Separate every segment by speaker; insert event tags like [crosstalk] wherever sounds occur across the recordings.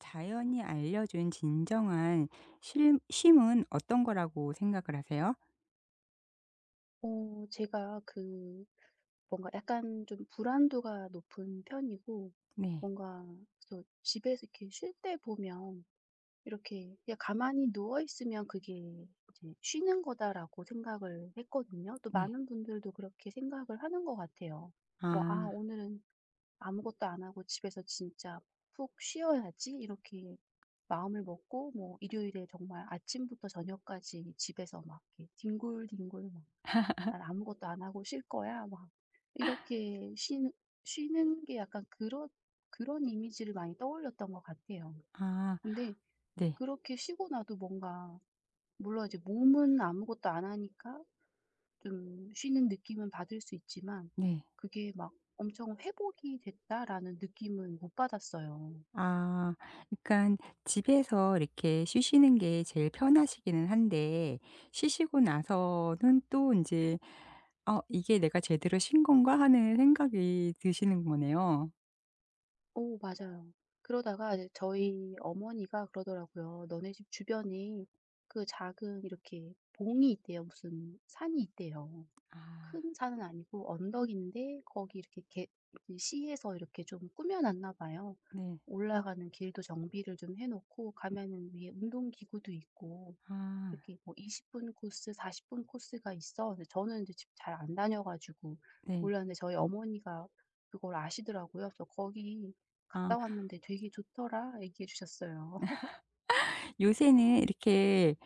Speaker 1: 자연이 알려준 진정한 쉼 쉼은 어떤 거라고 생각을 하세요?
Speaker 2: 제가 뭔가 약간 좀 불안도가 높은 편이고,
Speaker 1: 네.
Speaker 2: 뭔가 그래서 집에서 이렇게 쉴 때 보면 이렇게 그냥 가만히 누워 있으면 그게 이제 쉬는 거다라고 생각을 했거든요. 또
Speaker 1: 네.
Speaker 2: 많은 분들도 그렇게 생각을 하는 것 같아요.
Speaker 1: 아.
Speaker 2: 뭐 '아, 오늘은 아무것도 안 하고 집에서 진짜 푹 쉬어야지.' 이렇게 마음을 먹고 뭐 일요일에 정말 아침부터 저녁까지 집에서 막 이렇게 뒹굴뒹굴, 막 "난 아무것도 안 하고 쉴 거야." 막 이렇게 쉬는 게 약간 그런 이미지를 많이 떠올렸던 것 같아요.
Speaker 1: 아.
Speaker 2: 근데
Speaker 1: 네.
Speaker 2: 그렇게 쉬고 나도 뭔가, 물론 이제 몸은 아무것도 안 하니까 좀 쉬는 느낌은 받을 수 있지만
Speaker 1: 네.
Speaker 2: 그게 막 '엄청 회복이 됐다.'라는 느낌은 못 받았어요.
Speaker 1: 아. 그러니까 집에서 이렇게 쉬시는 게 제일 편하시기는 한데 쉬시고 나서는 또 이제 '어 이게 내가 제대로 쉰 건가?' 하는 생각이 드시는 거네요.
Speaker 2: 오, 맞아요. 그러다가 이제 저희 어머니가 그러더라고요. "너네 집 주변에 그 작은 이렇게 봉이 있대요. 무슨 산이 있대요."
Speaker 1: 아.
Speaker 2: 큰 산은 아니고 언덕인데, 거기 이렇게 개 이제 시에서 이렇게 좀 꾸며 놨나 봐요.
Speaker 1: 네.
Speaker 2: 올라가는 길도 정비를 좀 해 놓고, 가면은 위에 운동기구도 있고
Speaker 1: 아.
Speaker 2: 이렇게 뭐 20분 코스, 40분 코스가 있어. 근데 저는 이제 집 잘 안 다녀 가지고
Speaker 1: 네.
Speaker 2: 몰랐는데 저희 어머니가 그걸 아시더라고요. 그래서 "거기
Speaker 1: 아.
Speaker 2: 갔다 왔는데 되게 좋더라." 얘기해 주셨어요. [laughs]
Speaker 1: 요새는 이렇게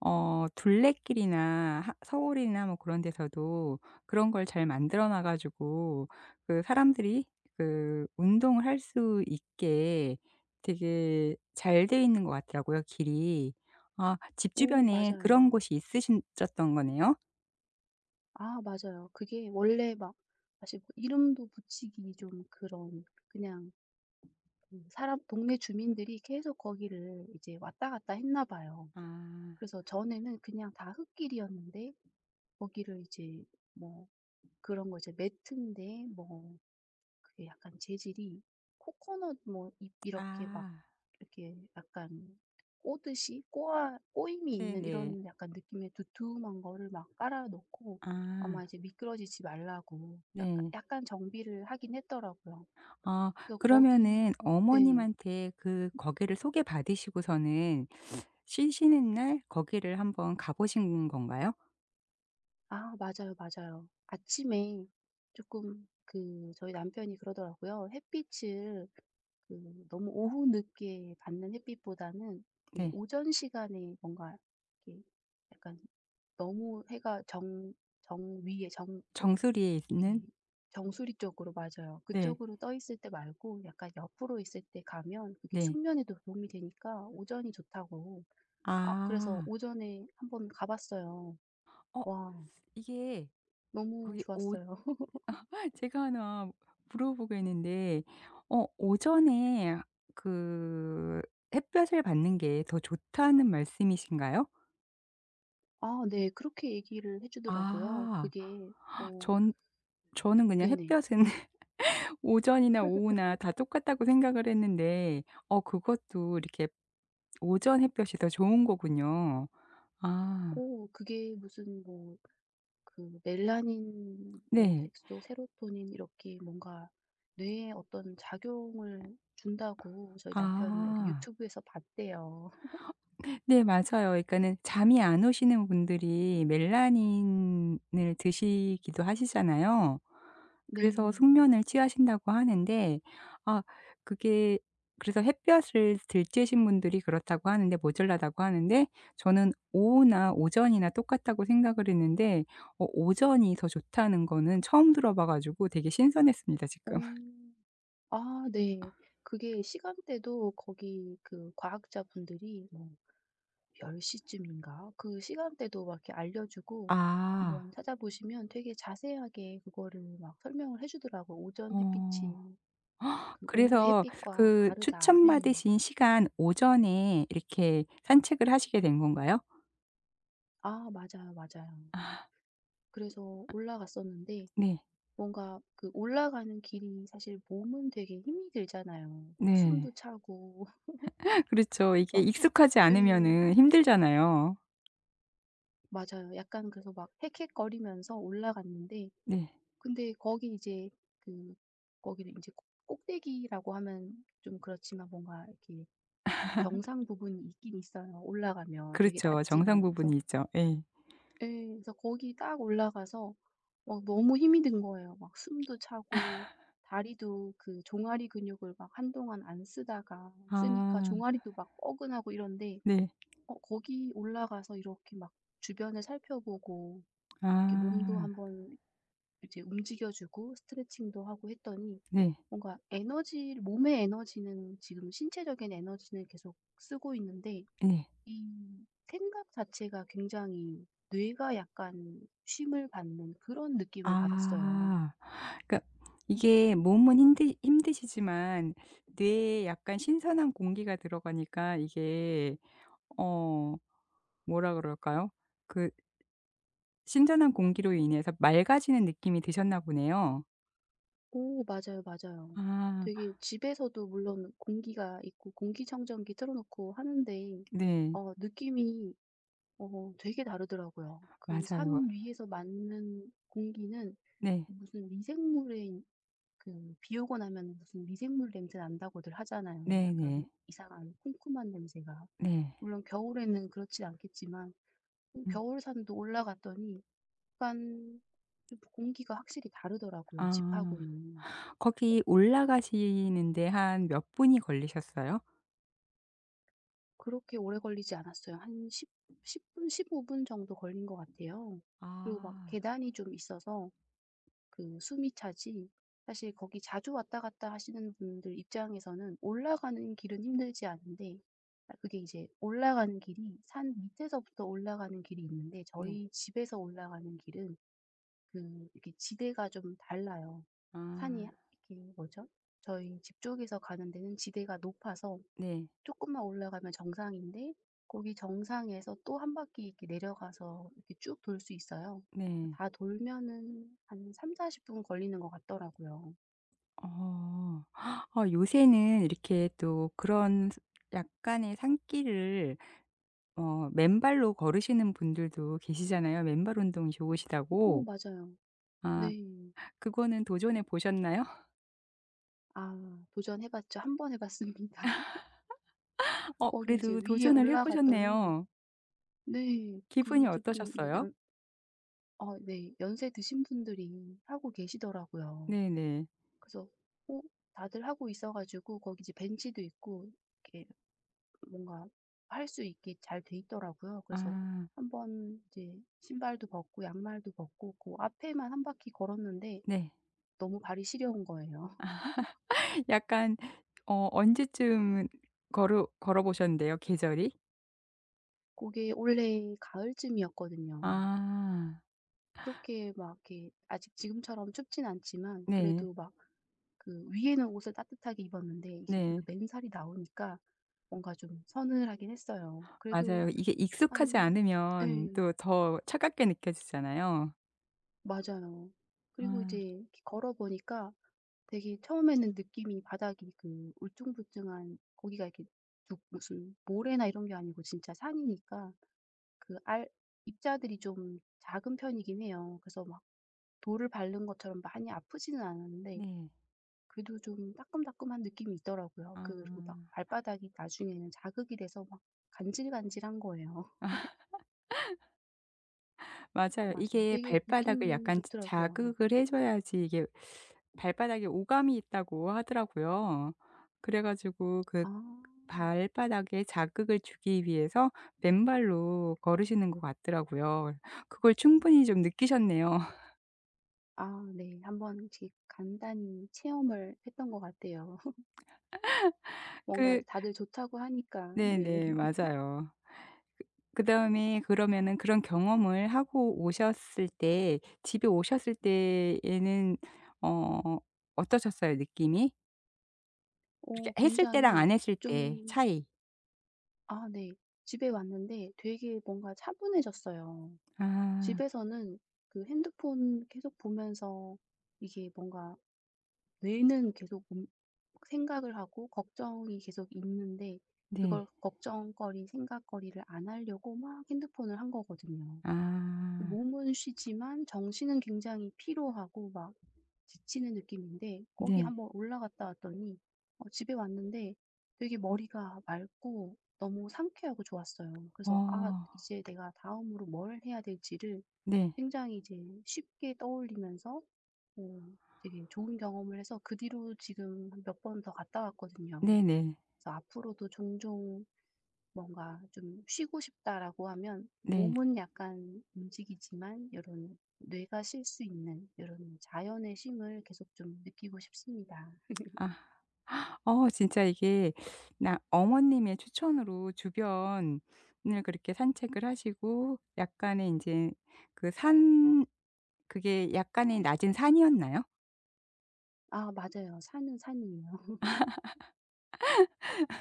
Speaker 1: 어 둘레길이나 하 서울이나 뭐 그런 데서도 그런 걸 잘 만들어 놔 가지고 그 사람들이 그 운동을 할 수 있게 되게 잘 돼 있는 것 같더라고요 길이. 아 집
Speaker 2: 오,
Speaker 1: 주변에 그런
Speaker 2: 맞아요.
Speaker 1: 곳이 있으 셨던 거네요?
Speaker 2: 아, 맞아요. 그게 원래 막, 사실 뭐 이름도 붙이기 좀 그런, 그냥 사람 동네 주민들이 계속 거기를 이제 왔다 갔다 했나 봐요.
Speaker 1: 아.
Speaker 2: 그래서 전에는 그냥 다 흙길이었는데 거기를 이제, 뭐 그런 거 이제 매트인데, 뭐 그게 약간 재질이 코코넛 뭐 잎 이렇게 막
Speaker 1: 아.
Speaker 2: 이렇게 약간 꼬듯이 꼬아 꼬임이 있는
Speaker 1: 네네.
Speaker 2: 이런 약간 느낌의 두툼한 거를 막 깔아 놓고,
Speaker 1: 아.
Speaker 2: 아마 이제 미끄러지지 말라고 약간,
Speaker 1: 네.
Speaker 2: 약간 정비를 하긴 했더라고요.
Speaker 1: 아
Speaker 2: 그래서 거기,
Speaker 1: 그러면은
Speaker 2: 네.
Speaker 1: 어머님한테 그 거기를 소개받으시고서는 쉬시는 날 거기를 한번 가 보신 건가요?
Speaker 2: 아 맞아요, 맞아요. 아침에 조금, 그 저희 남편이 그러더라고요. 햇빛을, 그 너무 오후 늦게 받는 햇빛보다는 그
Speaker 1: 네.
Speaker 2: 오전 시간에 뭔가 이렇게 약간 너무 해가 정 정 위에 정
Speaker 1: 정수리에 있는
Speaker 2: 이렇게 정수리 쪽으로, 맞아요.
Speaker 1: 네.
Speaker 2: 그쪽으로 떠 있을 때 말고 약간 옆으로 있을 때 가면 그게
Speaker 1: 네.
Speaker 2: 숙면에도 도움이 되니까 오전이 좋다고. 아, 그래서
Speaker 1: 아.
Speaker 2: 오전에 한번 가 봤어요.
Speaker 1: 어
Speaker 2: 와,
Speaker 1: 이게
Speaker 2: 너무
Speaker 1: 거기 오
Speaker 2: 좋았어요. [laughs]
Speaker 1: [laughs] 제가 하나 물어보겠는데 어 오전에 그 햇볕을 받는 게 더 좋다는 말씀이신가요?
Speaker 2: 아, 네. 그렇게 얘기를 해 주더라고요.
Speaker 1: 아.
Speaker 2: 그게, 어
Speaker 1: 전 저는 그냥
Speaker 2: 네네.
Speaker 1: 햇볕은 오전이나 오후나 다 똑같다고 생각을 했는데 어 그것도 이렇게 오전 햇볕이 더 좋은 거군요. 아
Speaker 2: 오, 그게 무슨 뭐 그 멜라닌 뭐
Speaker 1: 네.
Speaker 2: 색소, 세로토닌 이렇게 뭔가 뇌에 어떤 작용을 준다고 저희
Speaker 1: 아
Speaker 2: 남편이 어디 유튜브에서 봤대요. [laughs]
Speaker 1: 네 맞아요. 그러니까는 잠이 안 오시는 분들이 멜라닌을 드시기도 하시잖아요. 그래서
Speaker 2: 네.
Speaker 1: 숙면을 취하신다고 하는데 아 그게 그래서 햇볕을 들쬐신 분들이 그렇다고 하는데 모자라다고 하는데 저는 오후나 오전이나 똑같다고 생각을 했는데 어 오전이 더 좋다는 거는 처음 들어봐 가지고 되게 신선했습니다
Speaker 2: 오,
Speaker 1: 지금. [laughs]
Speaker 2: 아 네. 그게 시간대도 거기 그 과학자분들이 뭐 10 시쯤인가 그 시간대도 막 이렇게 알려주고,
Speaker 1: 아.
Speaker 2: 한번 찾아보시면 되게 자세하게 그거를 막 설명을 해 주더라고요. "오전
Speaker 1: 어.
Speaker 2: 햇빛이
Speaker 1: 헉,
Speaker 2: 그 오후의
Speaker 1: 그래서
Speaker 2: 햇빛과
Speaker 1: 그
Speaker 2: 다르다." 예.
Speaker 1: 추천받으신 시간 오전에 이렇게 산책을 하시게 된 건가요?
Speaker 2: 아 맞아요, 맞아요. 그래서 올라갔었는데
Speaker 1: 네.
Speaker 2: 뭔가, 그 올라가는 길이 사실 몸은 되게 힘이 들잖아요. 막
Speaker 1: 네.
Speaker 2: 숨도 차고 [laughs]
Speaker 1: [laughs] 그렇죠. 이게
Speaker 2: 막,
Speaker 1: 익숙하지
Speaker 2: 예.
Speaker 1: 않으면은 힘들잖아요.
Speaker 2: 맞아요. 약간 그래서 막 헥헥거리면서 올라갔는데,
Speaker 1: 네.
Speaker 2: 근데 거기 이제 그 거기를 이제 꼭 꼭대기라고 하면 좀 그렇지만 뭔가 이렇게 정상 부분이 있긴 있어요, 올라가면. 되게
Speaker 1: 그렇죠. 정상
Speaker 2: 낮지만. 그래서,
Speaker 1: 부분이 있죠. 예.
Speaker 2: 예. 그래서 거기 딱 올라가서 막 너무 힘이 든 거예요. 막 숨도 차고, 다리도 그 종아리 근육을 막 한동안 안 쓰다가 쓰니까
Speaker 1: 아
Speaker 2: 종아리도 막 뻐근하고 이런데,
Speaker 1: 네.
Speaker 2: 거기 올라가서 이렇게 막 주변을 살펴보고,
Speaker 1: 아
Speaker 2: 이렇게 몸도 한번 이제 움직여 주고 스트레칭도 하고 했더니
Speaker 1: 네.
Speaker 2: 뭔가 에너지, 몸의 에너지는 지금 신체적인 에너지는 계속 쓰고 있는데
Speaker 1: 예.
Speaker 2: 이 생각 자체가, 굉장히 뇌가 약간 쉼을 받는 그런 느낌을 받았어요.
Speaker 1: 아. 그러니까 이게 몸은 힘드시지만 뇌에 약간 신선한 공기가 들어가니까 이게 어 뭐라 그럴까요? 그 신선한 공기로 인해서 맑아지는 느낌이 드셨나 보네요.
Speaker 2: 오 맞아요, 맞아요.
Speaker 1: 아
Speaker 2: 되게 집에서도 물론 공기가 있고 공기청정기 틀어 놓고 하는데
Speaker 1: 네.
Speaker 2: 느낌이 되게 다르더라고요. 그
Speaker 1: 맞아요.
Speaker 2: 산 위에서 맞는 공기는
Speaker 1: 네.
Speaker 2: 무슨 미생물의, 그 비 오고 나면 무슨 미생물 냄새 난다고들 하잖아요.
Speaker 1: 네네.
Speaker 2: 약간
Speaker 1: 네.
Speaker 2: 이상한 쿰쿰한 냄새가.
Speaker 1: 네.
Speaker 2: 물론 겨울에는 그렇지 않겠지만,
Speaker 1: 음.
Speaker 2: 겨울산도 올라갔더니 약간 좀 공기가 확실히 다르더라고요,
Speaker 1: 아.
Speaker 2: 집하고는.
Speaker 1: 거기 올라가시는데 한 몇 분이 걸리셨어요?
Speaker 2: 그렇게 오래 걸리지 않았어요. 한 10 분, 15분 정도 걸린 것 같아요. 그리고 막
Speaker 1: 아
Speaker 2: 계단이 좀 있어서 그 숨이 차지, 사실 거기 자주 왔다 갔다 하시는 분들 입장에서는 올라가는 길은 힘들지 않은데, 아 그게 이제 올라가는 길이 산 밑에서부터 올라가는 길이 있는데
Speaker 1: 네.
Speaker 2: 저희 집에서 올라가는 길은 그 이렇게 지대가 좀 달라요.
Speaker 1: 아
Speaker 2: 산이 이렇게 뭐죠? 저희 집 쪽에서 가는 데는 지대가 높아서
Speaker 1: 네.
Speaker 2: 조금만 올라가면 정상인데, 거기 정상에서 또 한 바퀴 이렇게 내려가서 이렇게 쭉 돌 수 있어요.
Speaker 1: 네.
Speaker 2: 다 돌면은 한 30-40분 걸리는 것 같더라고요.
Speaker 1: 어. 어 요새는 이렇게 또 그런 스 약간의 산길을 어 맨발로 걸으시는 분들도 계시잖아요, 맨발 운동이
Speaker 2: 오,
Speaker 1: 좋으시다고.
Speaker 2: 맞아요.
Speaker 1: 아
Speaker 2: 네.
Speaker 1: 그거는 도전해 보셨나요?
Speaker 2: 아, 도전해 봤죠. 한 번 해 봤습니다. [laughs]
Speaker 1: [laughs] 어
Speaker 2: 거기 이제
Speaker 1: 그래도
Speaker 2: 위에
Speaker 1: 도전을 해
Speaker 2: 올라갔더니,
Speaker 1: 보셨네요.
Speaker 2: 네
Speaker 1: 기분이
Speaker 2: 그 조금 이제
Speaker 1: 어떠셨어요?
Speaker 2: 연 네. 연세 드신 분들이 하고 계시더라고요.
Speaker 1: 네네.
Speaker 2: 그래서 어 다들 하고 있어 가지고 거기 이제 벤치도 있고 이렇게 뭔가 할 수 있게 잘 돼 있더라고요. 그래서
Speaker 1: 아
Speaker 2: 한번 이제 신발도 벗고 양말도 벗고 그 앞에만 한 바퀴 걸었는데
Speaker 1: 네.
Speaker 2: 너무 발이 시려운 거예요. [laughs]
Speaker 1: 약간 어 언제쯤 걸어 보셨는데요, 계절이?
Speaker 2: 그게 올해 가을쯤이었거든요.
Speaker 1: 아.
Speaker 2: 그렇게 막 이렇게 아직 지금처럼 춥진 않지만
Speaker 1: 네.
Speaker 2: 그래도 막 그 위에는 옷을 따뜻하게 입었는데 이게 그래도
Speaker 1: 네.
Speaker 2: 맨살이 나오니까 뭔가 좀 서늘하긴 했어요.
Speaker 1: 맞아요.
Speaker 2: 그래도
Speaker 1: 이게 익숙하지
Speaker 2: 한,
Speaker 1: 않으면
Speaker 2: 예.
Speaker 1: 또 더 차갑게 느껴지잖아요.
Speaker 2: 맞아요. 그리고 이제
Speaker 1: 아
Speaker 2: 이렇게 걸어 보니까 되게 처음에는 느낌이 바닥이 그 울퉁불퉁한 거기가 이렇게, 두 무슨 모래나 이런 게 아니고 진짜 산이니까 그 알, 입자들이 좀 작은 편이긴 해요. 그래서 막 돌을 밟는 것처럼 많이 아프지는 않았는데
Speaker 1: 네.
Speaker 2: 그래도 좀 따끔따끔한 느낌이 있더라고요.
Speaker 1: 아.
Speaker 2: 그 그리고 막 발바닥이 나중에는 자극이 돼서 막 간질간질한 거예요. [laughs]
Speaker 1: 맞아요.
Speaker 2: 맞아요.
Speaker 1: 이게
Speaker 2: 되게
Speaker 1: 발바닥을
Speaker 2: 느낌은
Speaker 1: 약간 자
Speaker 2: 좋더라고요.
Speaker 1: 자극을 해 줘야지 이게 발바닥에 오감이 있다고 하더라고요. 그래 가지고 그
Speaker 2: 아.
Speaker 1: 발바닥에 자극을 주기 위해서 맨발로 걸으시는 것 같더라고요. 그걸 충분히 좀 느끼셨네요. [laughs]
Speaker 2: 아 네. 한 번씩 간단히 체험을 했던 것 같아요. [laughs] 뭔가
Speaker 1: 그
Speaker 2: 다들 좋다고 하니까, 네.
Speaker 1: 네네.
Speaker 2: [laughs]
Speaker 1: 맞아요. 그다음에 그러면은 그런 경험을 하고 오셨을 때 집에 오셨을 때에는 어 어떠셨어요 느낌이? 이렇게
Speaker 2: 오,
Speaker 1: 했을 때랑
Speaker 2: 굉장히
Speaker 1: 안 했을 때
Speaker 2: 좀,
Speaker 1: 차이.
Speaker 2: 아 네. 집에 왔는데 되게 뭔가 차분해졌어요.
Speaker 1: 아.
Speaker 2: 집에서는 그 핸드폰 계속 보면서 이게 뭔가 뇌는 계속 생각을 하고 걱정이 계속 있는데,
Speaker 1: 네.
Speaker 2: 그걸 걱정거리, 생각거리를 안 하려고 막 핸드폰을 한 거거든요.
Speaker 1: 아.
Speaker 2: 몸은 쉬지만 정신은 굉장히 피로하고 막 지치는 느낌인데 거기
Speaker 1: 네.
Speaker 2: 한번 올라갔다 왔더니 집에 왔는데 되게 머리가 맑고 너무 상쾌하고 좋았어요. 그래서 '아
Speaker 1: 어.
Speaker 2: 이제 내가 다음으로 뭘 해야 될지를'
Speaker 1: 네.
Speaker 2: 굉장히 이제 쉽게 떠올리면서, 어 되게 좋은 경험을 해서 그 뒤로 지금 몇 번 더 갔다 왔거든요.
Speaker 1: 네네.
Speaker 2: 그래서 앞으로도 종종 뭔가 좀 '쉬고 싶다.'라고 하면
Speaker 1: 네.
Speaker 2: 몸은 약간 움직이지만, 이런 뇌가 쉴 수 있는 이런 자연의 쉼을 계속 좀 느끼고 싶습니다.
Speaker 1: 아. 어 진짜 이게 나 어머님의 추천으로 주변을 그렇게 산책을 하시고 약간의 인제 그 산 그게 약간의 낮은 산이었나요?
Speaker 2: 아 맞아요. 산은 산이에요. [laughs]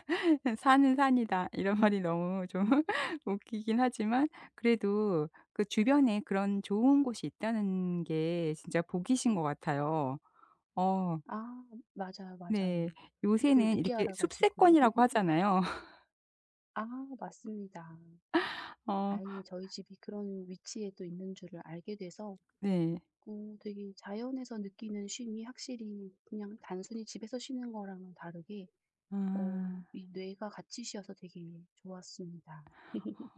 Speaker 1: [laughs] "산은 산이다." 이런 말이 너무 좀 [laughs] 웃기긴 하지만 그래도 그 주변에 그런 좋은 곳이 있다는 게 진짜 복이신 것 같아요. 어
Speaker 2: 아 맞아요, 맞아요.
Speaker 1: 네.
Speaker 2: 그걸
Speaker 1: 요새는
Speaker 2: 늦게
Speaker 1: 이렇게
Speaker 2: 알아 가지고.
Speaker 1: 숲세권이라고
Speaker 2: [laughs]
Speaker 1: 하잖아요. [laughs]
Speaker 2: 아, 맞습니다.
Speaker 1: 어
Speaker 2: 다행히 저희 집이 그런 위치에 또 있는 줄을 알게 돼서
Speaker 1: 네.
Speaker 2: 되게 자연에서 느끼는 쉼이 확실히 그냥 단순히 집에서 쉬는 거랑은 다르게,
Speaker 1: 아.
Speaker 2: 이 뇌가 같이 쉬어서 되게 좋았습니다.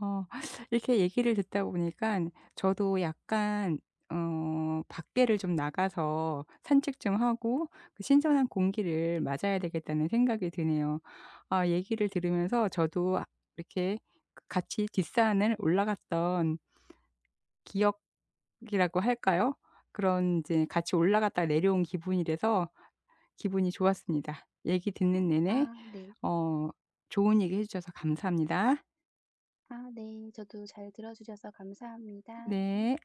Speaker 1: 어 [laughs] 이렇게 얘기를 듣다 보니까 저도 약간 어 밖에를 좀 나가서 산책 좀 하고 그 신선한 공기를 맞아야 되겠다는 생각이 드네요. 아 얘기를 들으면서 저도 아 이렇게 그 같이 뒷산을 올라갔던 기억이라고 할까요? 그런 이제 같이 올라갔다 내려온 기분이 라서 기분이 좋았습니다. 얘기 듣는 내내
Speaker 2: 아 네.
Speaker 1: 어 좋은 얘기 해 주셔서 감사합니다.
Speaker 2: 아 네. 저도 잘 들어 주셔서 감사합니다.
Speaker 1: 네.